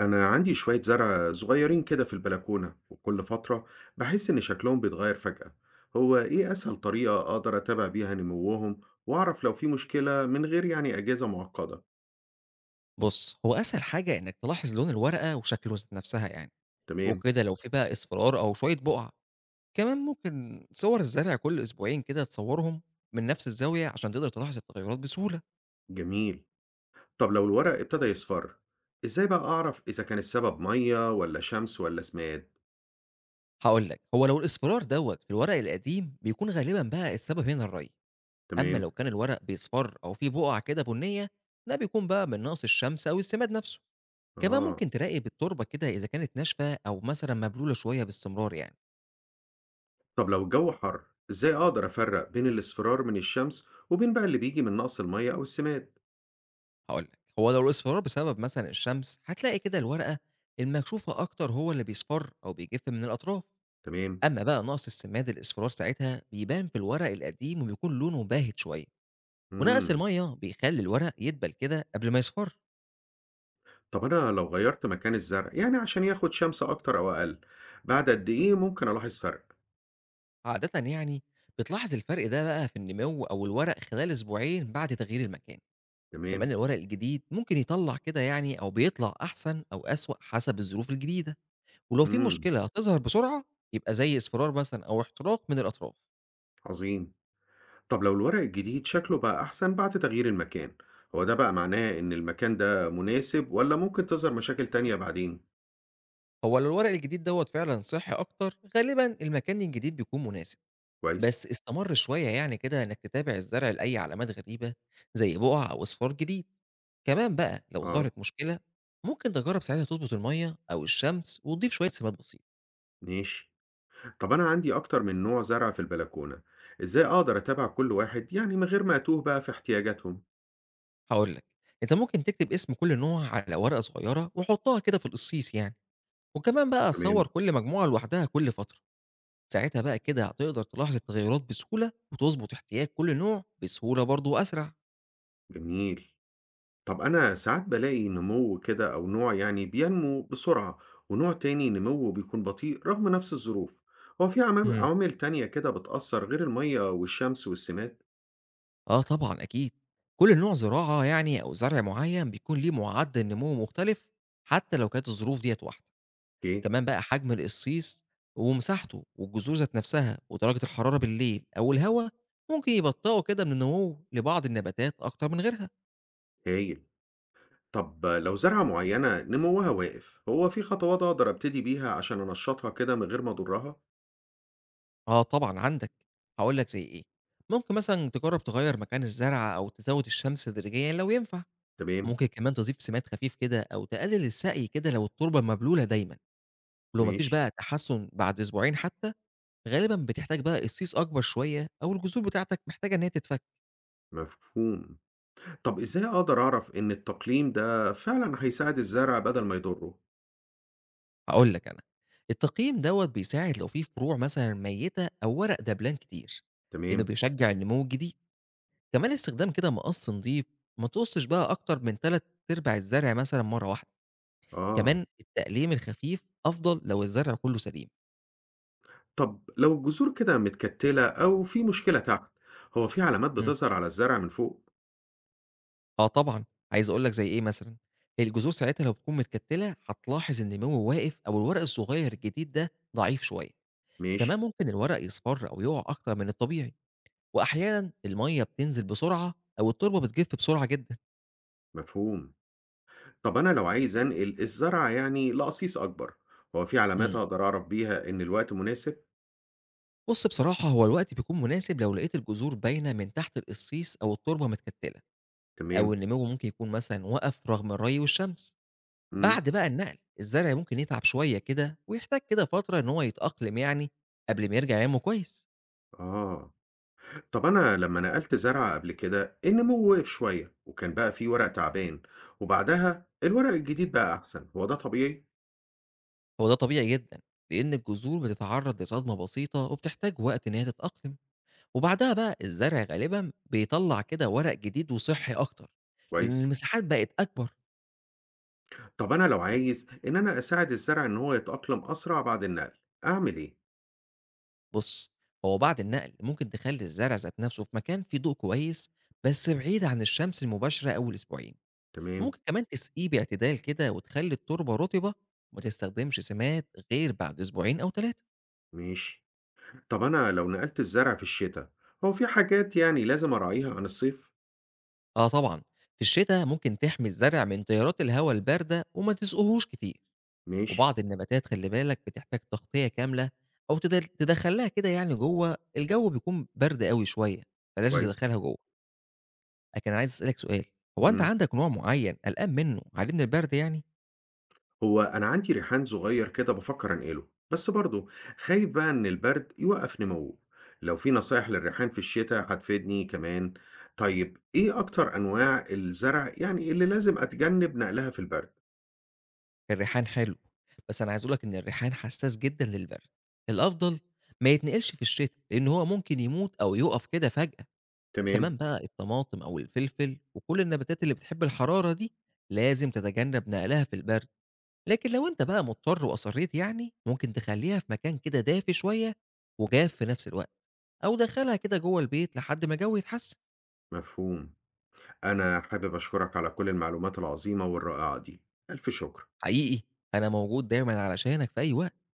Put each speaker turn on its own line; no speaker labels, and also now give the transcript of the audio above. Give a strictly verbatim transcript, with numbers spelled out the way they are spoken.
أنا عندي شوية زرع صغيرين كده في البلكونة، وكل فترة بحس إن شكلهم بيتغير فجأة. هو إيه أسهل طريقة أقدر أتابع بيها نموهم وأعرف لو في مشكلة من غير يعني أجهزة معقدة؟
بُص، هو أسهل حاجة إنّك تلاحظ لون الورقة وشكله ذات نفسها يعني،
تمام.
وكده لو في بقى أصفرار أو شوية بُقع، كمان ممكن صور الزرع كل أسبوعين كده تصورهم من نفس الزاوية عشان تقدر تلاحظ التغيرات بسهولة.
جميل. طب لو الورق ابتدى يصفر، إزاي بقى أعرف إذا كان السبب مية ولا شمس ولا سماد؟
هاقول لك، هو لو الأصفرار دوّة في الورق القديم بيكون غالبًا بقى السبب هنا الري، أمّا لو
تمام.
كان الورق بيصفر أو فيه بُقع كده بنية، ده بيكون بقى من نقص الشمس أو السماد نفسه. كمان
آه.
ممكن تراقب التربة كده إذا كانت ناشفة أو مثلًا مبلولة شوية باستمرار يعني.
طب لو الجو حر، إزاي أقدر أفرق بين الاصفرار من الشمس وبين بقى اللي بيجي من نقص المية أو السماد؟
هاقول لك، هو لو الأصفرار بسبب مثلًا الشمس، هتلاقي كده الورقة المكشوفة أكتر هو اللي بيصفر أو بيجف من الأطراف،
تمام.
أمّا بقى نقص السماد الأصفرار ساعتها بيبان في الورق القديم وبيكون لونه باهت شوية، ونقص
مم.
المَيّة بيخلّي الورق يدبل كده قبل ما يصفر،
طب أنا لو غيّرت مكان الزرع، يعني عشان ياخد شمس أكتر أو أقل، بعد قد إيه ممكن ألاحظ فرق؟
عادةً يعني بتلاحظ الفرق ده بقى في النمو أو الورق خلال أسبوعين بعد تغيير المكان،
تمام.
كمان الورق الجديد ممكن يطلّع كده يعني أو بيطلع أحسن أو أسوأ حسب الظروف الجديدة. ولو في
إمم.
مشكلة هتظهر بسرعة، يبقى زي إصفرار مثلًا أو احتراق من الأطراف.
عظيم. طب لو الورق الجديد شكله بقى أحسن بعد تغيير المكان، هو ده بقى معناه إن المكان ده مناسب والّا ممكن تظهر مشاكل تانية بعدين؟
هو لو الورق الجديد دوّة فعلًا صحّي أكتر، غالبًا المكان الجديد بيكون مناسب،
كويس.
بس استمر شوية يعني كده إنك تتابع الزرع لأي علامات غريبة زي بقع أو أصفار جديد. كمان بقى لو
آه.
ظهرت مشكلة، ممكن تجرب ساعتها تضبط المَيّة أو الشمس وتضيف شوية سماد بسيط.
ماشي. طب أنا عندي أكتر من نوع زرع في البلكونة، إزاي أقدر أتابع كل واحد يعني من غير ما أتوه بقى في احتياجاتهم؟
هاقول لك، أنت ممكن تكتب اسم كل نوع على ورقة صغيرة وحطها كده في القصيص يعني، وكمان بقى
تمام.
صوّر كل مجموعة لوحدها كل فترة. ساعتها بقى كده هتقدر تلاحظ التغيرات بسهولة وتظبط احتياج كل نوع بسهولة برضه وأسرع.
جميل. طب أنا ساعات بلاقي نمو كده أو نوع يعني بينمو بسرعة، ونوع تاني نموه بيكون بطيء رغم نفس الظروف. هو في عوام-
امم
عوامل تانية كده بتأثر غير المية والشمس والسماد؟
اه طبعا اكيد، كل نوع زراعه يعني او زرع معين بيكون ليه معدل نمو مختلف حتى لو كانت الظروف ديت واحده.
اوكي.
كمان بقى حجم القصيص ومساحته والجذور ذات نفسها ودرجه الحراره بالليل او الهواء ممكن يبطئوا كده من النمو لبعض النباتات اكتر من غيرها.
هايل. طب لو زرعة معينة نموها واقف، هو في خطوات أقدر أبتدي بيها عشان أنشطها كده من غير ما أضرها؟
اه طبعا عندك، هقول لك زي ايه، ممكن مثلا تجرب تغير مكان الزرع او تزود الشمس تدريجيا لو ينفع.
تمام.
ممكن كمان تضيف سماد خفيف كده أو تقلل السقي كده لو التربة مبلولة دايما، ولو مفيش
ماشي.
بقى تحسن بعد أسبوعين حتى غالبا بتحتاج بقى قصيص أكبر شوية أو الجذور بتاعتك محتاجة إن هي تتفك.
مفهوم. طب إزاي أقدر أعرف إن التقليم ده فعلا هيساعد الزرع بدل ما يضره؟
هقول لك أنا، التقييم دوت بيساعد لو في فروع مثلا ميتة أو ورق دبلان كتير، لأنه
تمام.
بيشجع النمو الجديد. كمان استخدام كده مقص نظيف، ما تقصش بقى أكتر من تلات أرباع الزرع مثلا مرة واحدة.
آه.
كمان التقليم الخفيف أفضل لو الزرع كله سليم.
طب لو الجذور كده متكتلة أو في مشكلة تحت، هو في علامات بتظهر على الزرع من فوق؟
آه طبعًا، عايز أقول لك زي إيه مثلًا، هي الجذور ساعتها لو بتكون متكتّلة هتلاحظ إن النمو واقف أو الورق الصغير الجديد ده ضعيف شوية،
ماشي.
كمان ممكن الورق يصفر أو يقع أكتر من الطبيعي، وأحيانًا المَيّة بتنزل بسرعة أو التربة بتجف بسرعة جدًا.
مفهوم. طب أنا لو عايز أنقل الزرع يعني لأقصيص أكبر، هو في علامات
إمم.
أقدر أعرف بيها إن الوقت مناسب؟
بُص بصراحة هو الوقت بيكون مناسب لو لقيت الجذور باينة من تحت القصيص أو التربة متكتّلة، أو
تمام.
النمو ممكن يكون مثلًا وقف رغم الري والشمس.
امم.
بعد بقى النقل، الزرع ممكن يتعب شوية كده ويحتاج كده فترة إن هو يتأقلم يعني قبل ما يرجع ينمو كويس.
آه. طب أنا لما نقلت زرع قبل كده النمو وقف شوية وكان بقى فيه ورق تعبان، وبعدها الورق الجديد بقى أحسن، هو ده طبيعي؟
هو ده طبيعي جدًا، لإن الجذور بتتعرّض لصدمة بسيطة وبتحتاج وقت إن هي تتأقلم، وبعدها بقى الزرع غالبًا بيطلّع كده ورق جديد وصحّي أكتر، لإن
كويس.
المساحات بقت أكبر.
طب أنا لو عايز إن أنا أساعد الزرع إن هو يتأقلم أسرع بعد النقل، أعمل إيه؟
بُص، هو بعد النقل ممكن تخلّي الزرع ذات نَفْسه في مكان فيه ضوء كويس بس بعيد عن الشمس المباشرة أول أسبوعين،
تمام.
وممكن كمان تسقيه باعتدال كده وتخلّي التربة رطبة وما تستخدمش سماد غير بعد أسبوعين أو ثلاثة.
ماشي. طب أنا لو نقلت الزرع في الشتاء، هو في حاجات يعني لازم أراعيها عن الصيف؟
آه طبعًا، في الشتا ممكن تحمي الزرع من تيارات الهوا الباردة وما تسقيهوش كتير.
ماشي.
وبعض النباتات خلّي بالك بتحتاج تغطية كاملة أو تد تدخّلها كده يعني جوّه، الجو بيكون برد أوي شوية، فلازم
كويس.
تدخّلها جوّه. لكن أنا عايز أسألك سؤال، هو أنت
مم.
عندك نوع معيّن قلقان منّه عليه من البرد يعني؟
هو أنا عندي ريحان صغير كده بفكر أنقله، بس برضه خايف بقى إن البرد يوقف نموه. لو في نصايح للريحان في الشتاء هتفيدني كمان. طيب إيه أكتر أنواع الزرع يعني اللي لازم أتجنب نقلها في البرد؟
الريحان حلو، بس أنا عايز أقول لك إن الريحان حسّاس جدًا للبرد، الأفضل ما يتنقلش في الشتا، لإن هو ممكن يموت أو يُقف كده فجأة.
تمام.
كمان بقى الطماطم أو الفلفل وكل النباتات اللي بتحب الحرارة دي، لازم تتجنب نقلها في البرد. لكن لو أنت بقى مضطر وأصرّيت يعني، ممكن تخلّيها في مكان كده دافي شوية وجاف في نفس الوقت، أو دخّلها كده جوّه البيت لحد ما الجو يتحسّن.
مفهوم. أنا حابب أشكرك على كل المعلومات العظيمة والرائعة دي. ألف شكر.
حقيقي أنا موجود دايمًا علشانك في أي وقت.